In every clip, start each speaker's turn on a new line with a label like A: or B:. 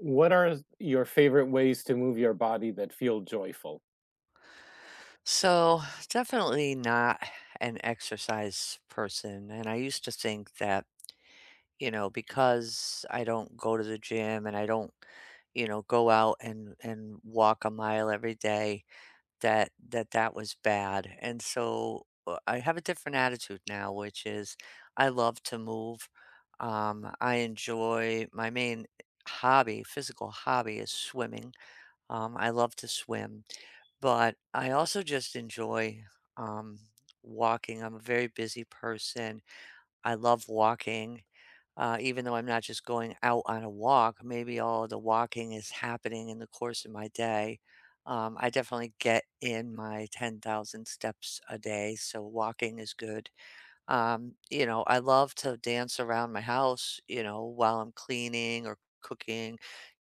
A: What are your favorite ways to move your body that feel joyful?
B: So, definitely not an exercise person. And I used to think that, you know, because I don't go to the gym and I don't, you know, go out and walk a mile every day, that was bad. And so I have a different attitude now, which is I love to move. I enjoy my main hobby, physical hobby is swimming. I love to swim but I also just enjoy, um, walking. I'm a very busy person. I love walking, even though I'm not just going out on a walk. Maybe all the walking is happening in the course of my day. I definitely get in my 10,000 steps a day, so walking is good. I love to dance around my house, you know, while I'm cleaning or cooking,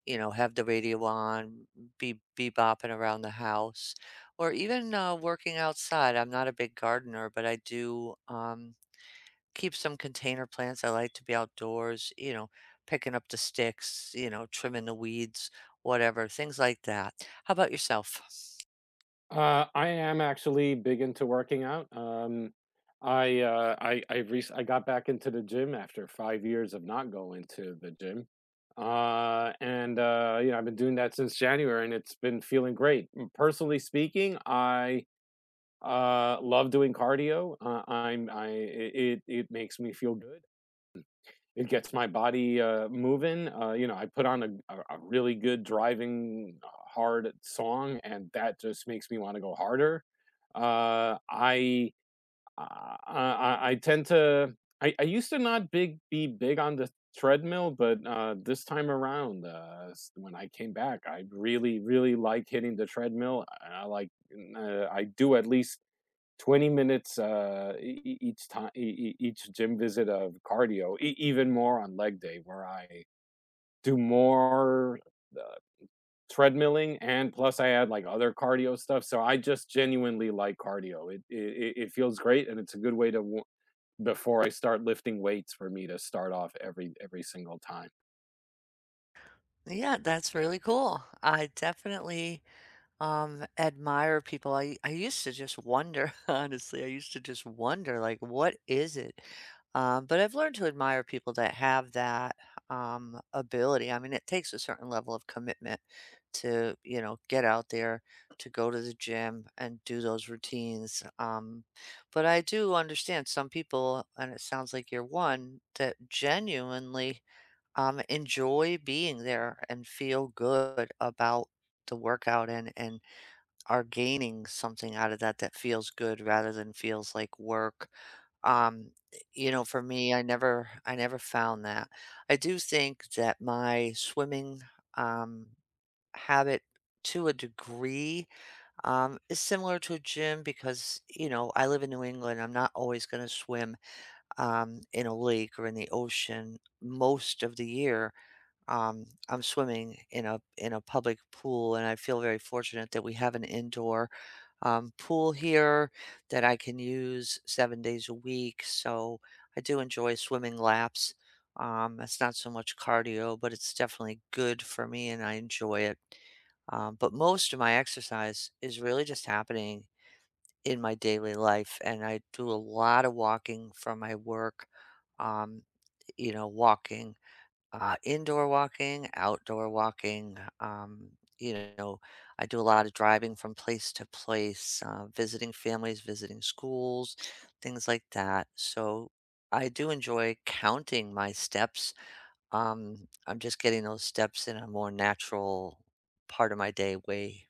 B: you know, have the radio on, be bopping around the house, or even working outside. I'm not a big gardener, but I do keep some container plants. I like to be outdoors, you know, picking up the sticks, you know, trimming the weeds, whatever, things like that. How about yourself?
A: I am actually big into working out. I got back into the gym after 5 years of not going to the gym, and you know I've been doing that since January, and it's been feeling great. Mm, personally speaking, I love doing cardio. I'm I It makes me feel good. It gets my body, moving, you know, I put on a really good driving, hard song, and that just makes me wanna go harder. Uh, I I I tend to I used to not big be big on the treadmill, but, this time around, s when I came back, I really, really like hitting the treadmill, and I do at least 20 minutes each time, each gym visit of cardio, even more on leg day where I do more uh, treadmilling, and plus I add like other cardio stuff. So I just genuinely like cardio. It feels great, and it's a good way before I start lifting weights for me to start off every single time.
B: Yeah, that's really cool. I definitely admire people. I used to just wonder honestly I used to just wonder, like, what is it, but I've learned to admire people that have that ability. I mean, it takes a certain level of commitment to, you know, get out there, to go to the gym and do those routines, but I do understand some people, and it sounds like you're one that genuinely enjoy being there and feel good about the workout and are gaining something out of that that feels good rather than feels like work. You know, for me, I never found that. I do think that my swimming, um, habit, to a degree, is similar to a gym because, you know, I live in New England. I'm not always gonna swim, in a lake or in the ocean most of the year. I'm swimming in a public pool, and I feel very fortunate that we have an indoor pool here that I can use 7 days a week. So I do enjoy swimming laps. It's not so much cardio, but it's definitely good for me, and I enjoy it. But most of my exercise is really just happening in my daily life, and I do a lot of walking for my work. Um, Walking, indoor walking, outdoor walking, you know, I do a lot of driving from place to place, visiting families, visiting schools, things like that. So I do enjoy counting my steps. I'm just getting those steps in a more natural part of my day way.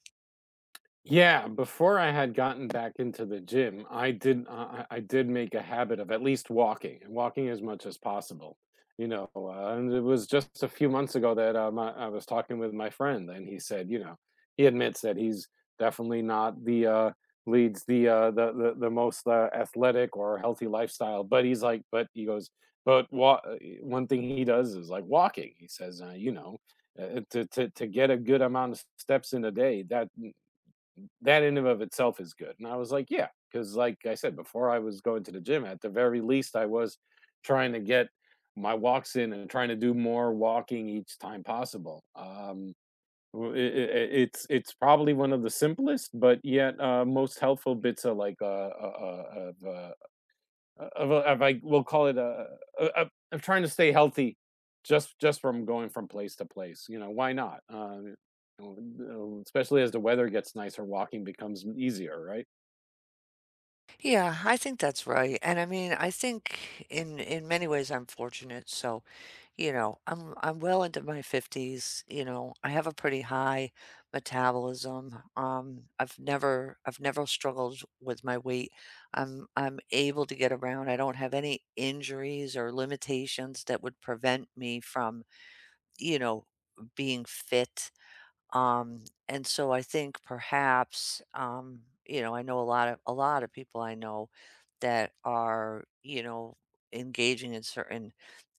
A: Yeah, before I had gotten back into the gym, I did make a habit of at least walking and walking as much as possible. You know, and it was just a few months ago that I was talking with my friend, and he said, you know, he admits that he's definitely not the leads the most athletic or healthy lifestyle, but he's like, but he goes, but wa- uh, one thing he does is like walking. He says, you know, to get a good amount of steps in a day, that that in and of itself is good. And I was like, yeah, because like I said before, I was going to the gym. At the very least, I was trying to get my walks in and trying to do more walking each time possible. It's probably one of the simplest, but yet most helpful bits of like of, a, of I will call it a trying to stay healthy, just from going from place to place. You know, why not? Especially as the weather gets nicer, walking becomes easier, right?
B: Yeah, I think that's right. And I mean, I think in many ways I'm fortunate. So, you know, I'm well into my 50s, you know. I have a pretty high metabolism. Um, I've never struggled with my weight. I'm able to get around. I don't have any injuries or limitations that would prevent me from, you know, being fit, and so I think perhaps, you know, I know a lot of people I know that are, you know, engaging in certain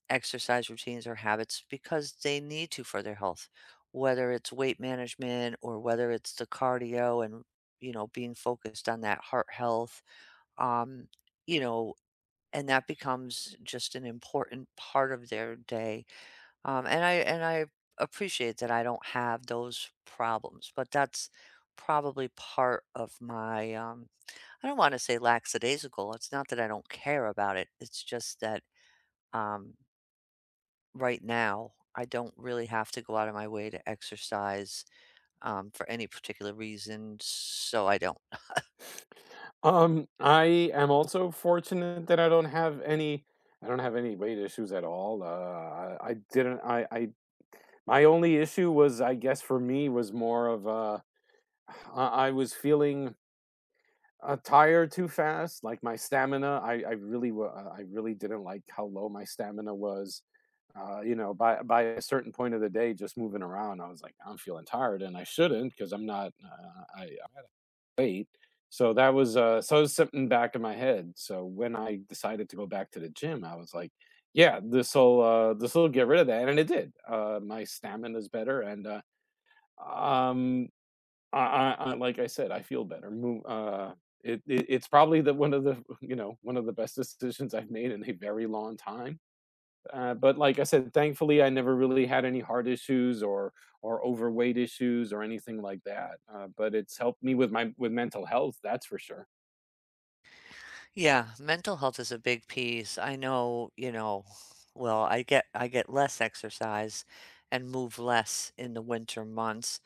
B: exercise routines or habits because they need to for their health, whether it's weight management or whether it's the cardio and, you know, being focused on that heart health. Um, you know, and that becomes just an important part of their day, and I appreciate that I don't have those problems, but that's probably part of my I don't want to say lackadaisical. It's not that I don't care about it. It's just that um right now I don't really have to go out of my way to exercise, for any particular reason, so I don't.
A: I am also fortunate that I don't have any. I don't have any weight issues at all. I didn't. I my only issue was, I guess, for me was more of I was feeling tire too fast. Like my stamina, I really, I really didn't like how low my stamina was. You know, by a certain point of the day, just moving around, I was like, I'm feeling tired, and I shouldn't because I'm not. I wait. So that was so it was something back in my head. So when I decided to go back to the gym, I was like, yeah, this will get rid of that, and it did. My stamina's better, and um I like I said, I feel better. It's probably the one of the you know one of the best decisions I've made in a very long time. But like I said, thankfully I never really had any heart issues or overweight issues or anything like that. But it's helped me with my with mental health, that's for sure.
B: Yeah, mental health is a big piece. I know, you know, well, I get less exercise and move less in the winter months.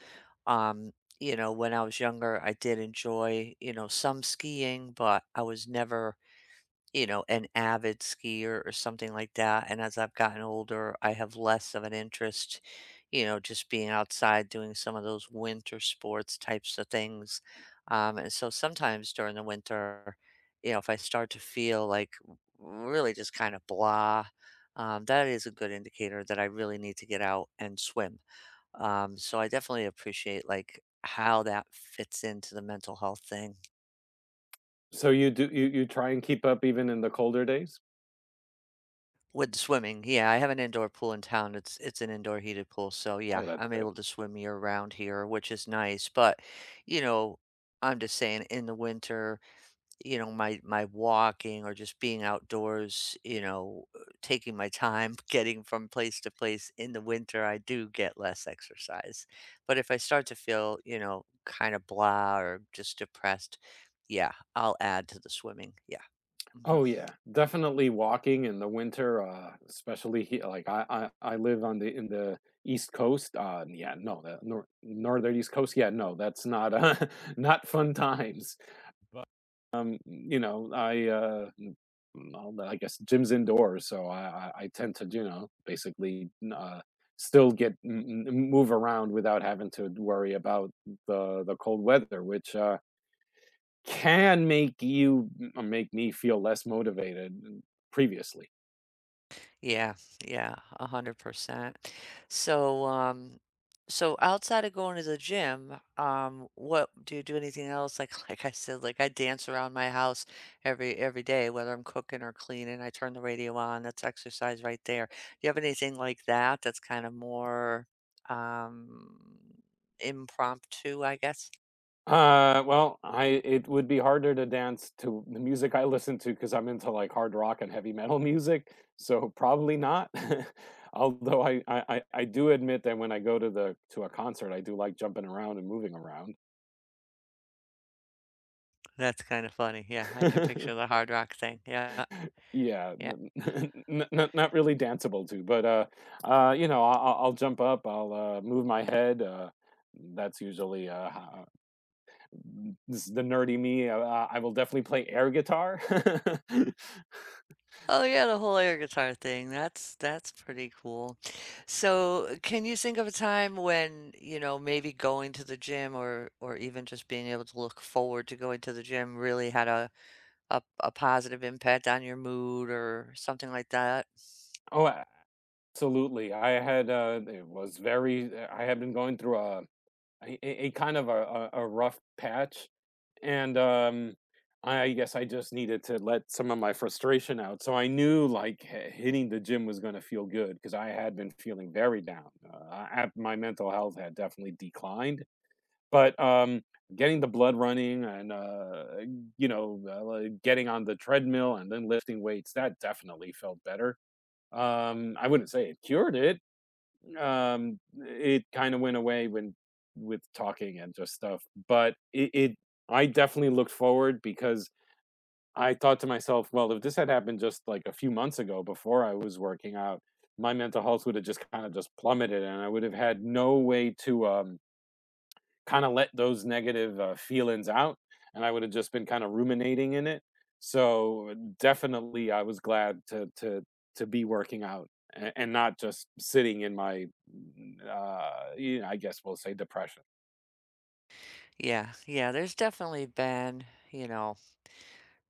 B: Um, you know, when I was younger, I did enjoy, you know, some skiing, but I was never, you know, an avid skier or something like that. And as I've gotten older, I have less of an interest, you know, just being outside doing some of those winter sports types of things. And so sometimes during the winter, you know, if I start to feel like really just kind of blah, that is a good indicator that I really need to get out and swim, so I definitely appreciate like how that fits into the mental health thing
A: So you do you you try and keep up even in the colder days?
B: with swimming. Yeah, I have an indoor pool in town. It's an indoor heated pool, so yeah,
A: Oh, that's
B: I'm
A: good.
B: able to swim year round here, which is nice. But you know, I'm just saying in the winter, you know, my walking or just being outdoors, you know, taking my time getting from place to place in the winter, I do get less exercise. But if I start to feel, you know, kind of blah or just depressed, yeah, I'll add to the swimming. Yeah. Mhm.
A: Oh yeah, definitely walking in the winter, especially he like I live on the in the East Coast. Yeah, no, the northern East Coast. Yeah, no, that's not not fun times. But you know, well, I guess gym's indoors, so I tend to you know basically still get move around without having to worry about the cold weather, which can make me feel less motivated previously.
B: Yeah, yeah, 100%. So, so outside of going to the gym, what do you do, anything else? Like, like I said, like I dance around my house every day, whether I'm cooking or cleaning. I turn the radio on. That's exercise right there. Do you have anything like that that's kind of more, um, impromptu, I guess?
A: Well, I it would be harder to dance to the music I listen to because 'cause I'm into, like, hard rock and heavy metal music, so probably not. Although I do admit that when I go to the to a concert, I do like jumping around and moving around.
B: That's kind of funny. Yeah, I can picture the hard rock thing. Yeah,
A: Yeah,
B: yeah.
A: n n n not not really danceable to, but, you know, I'll jump up, I'll, move my head, that's usually, ho this is the nerdy me. I will definitely play air guitar.
B: Oh yeah, the whole air guitar thing. That's pretty cool. So, can you think of a time when, you know, maybe going to the gym or even just being able to look forward to going to the gym really had a a positive impact on your mood or something like that?
A: Oh, absolutely. I had it was very. I had been going through a, a kind of a rough patch, and I guess I just needed to let some of my frustration out. So I knew like hitting the gym was going to feel good because I had been feeling very down. My mental health had definitely declined. But, getting the blood running and, you know, like, getting on the treadmill and then lifting weights, that definitely felt better. I wouldn't say it cured it, it kinda went away when with talking and just stuff, but it I definitely looked forward because I thought to myself, "Well, if this had happened just, like, a few months ago before I was working out, my mental health would have just kinda just plummeted, and I would have had no way to, kind of let those negative feelings out, and I would have just been kind of ruminating in it. So definitely I was glad to be working out, and not just sitting in my you know, I guess we'll say depression.
B: Yeah. Yeah, there's definitely been, you know,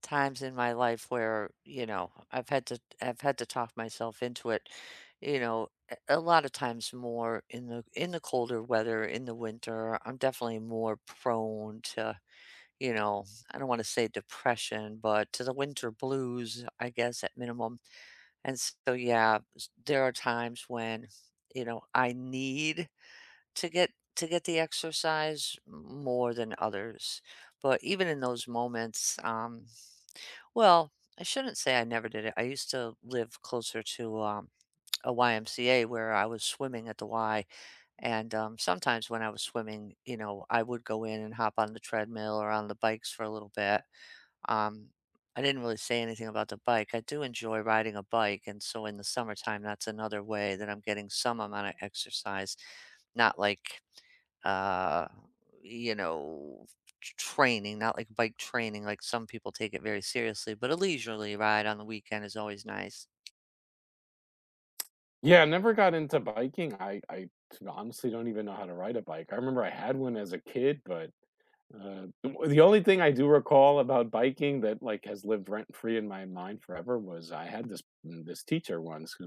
B: times in my life where, you know, I've had to talk myself into it, you know, a lot of times more in the colder weather, in the winter, I'm definitely more prone to, you know, I don't wanna say depression, but to the winter blues, I guess, at minimum. And so, yeah, s there are times when, you know, I need to get to get the exercise more than others. But even in those moments, well, I shouldn't say I never did it. I used to live closer to a YMCA where I was swimming at the Y. And sometimes when I was swimming, you know, I would go in and hop on the treadmill or on the bikes for a little bit. Um, I didn't really say anything about the bike. I do enjoy riding a bike. And so in the summertime, that's another way that I'm getting some amount of exercise. Not like uh, you know, t- training, not like bike training, like some people take it very seriously, but a leisurely ride on the weekend is always nice.
A: Yeah, I never got into biking. I honestly don't even know how to ride a bike. I remember I had one as a kid, but Uh, the only thing I do recall about biking that, like, has lived rent free in my mind forever was I had this this teacher once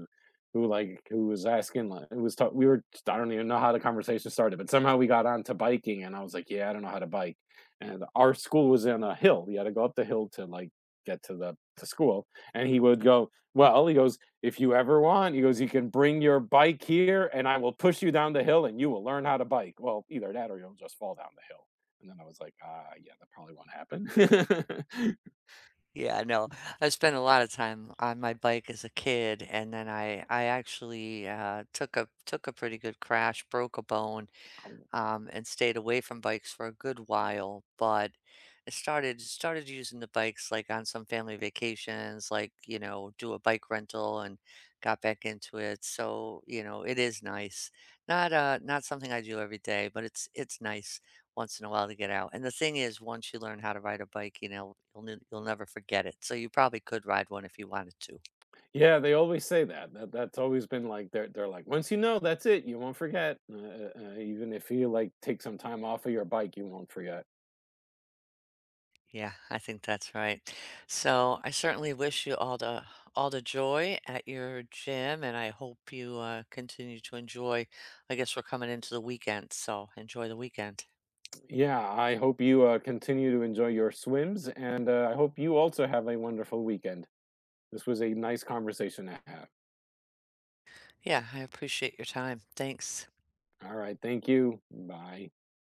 A: who, like who was asking, like who was ta we were, I don't even know how the conversation started, but somehow we got onto biking, and I was like, "Yeah, I don't know how to bike." And our school was in a hill, you had to go up the hill to, like, get to the to school, and he would go, "Well," he goes, "if you ever want," he goes, "you can bring your bike here, and I will push you down the hill, and you will learn how to bike." Well, either that or you'll just fall down the hill. And then I was like, "Ah, yeah, that probably won't happen."
B: Yeah, no, I spent a lot of time on my bike as a kid, and then I actually took a took a pretty good crash, broke a bone, and stayed away from bikes for a good while. But I started using the bikes like on some family vacations, like you know, do a bike rental, and got back into it. So you know, it is nice. Not not something I do every day, but it's nice once in a while to get out. And the thing is, once you learn how to ride a bike, you know, you'll ne- you'll never forget it. So you probably could ride one if you wanted to.
A: Yeah, they always say that. That that's always been like they're like, "Once you know, that's it, you won't forget. Even if you, like, take some time off of your bike, you won't forget."
B: Yeah, I think that's right. So I certainly wish you all the joy at your gym, and I hope you continue to enjoy. I guess we're coming into the weekend, so enjoy the weekend.
A: Yeah, I hope you, continue to enjoy your swims, and, I hope you also have a wonderful weekend. This was a nice conversation to have.
B: Yeah, I appreciate your time. Thanks.
A: Alright, thank you. Bye.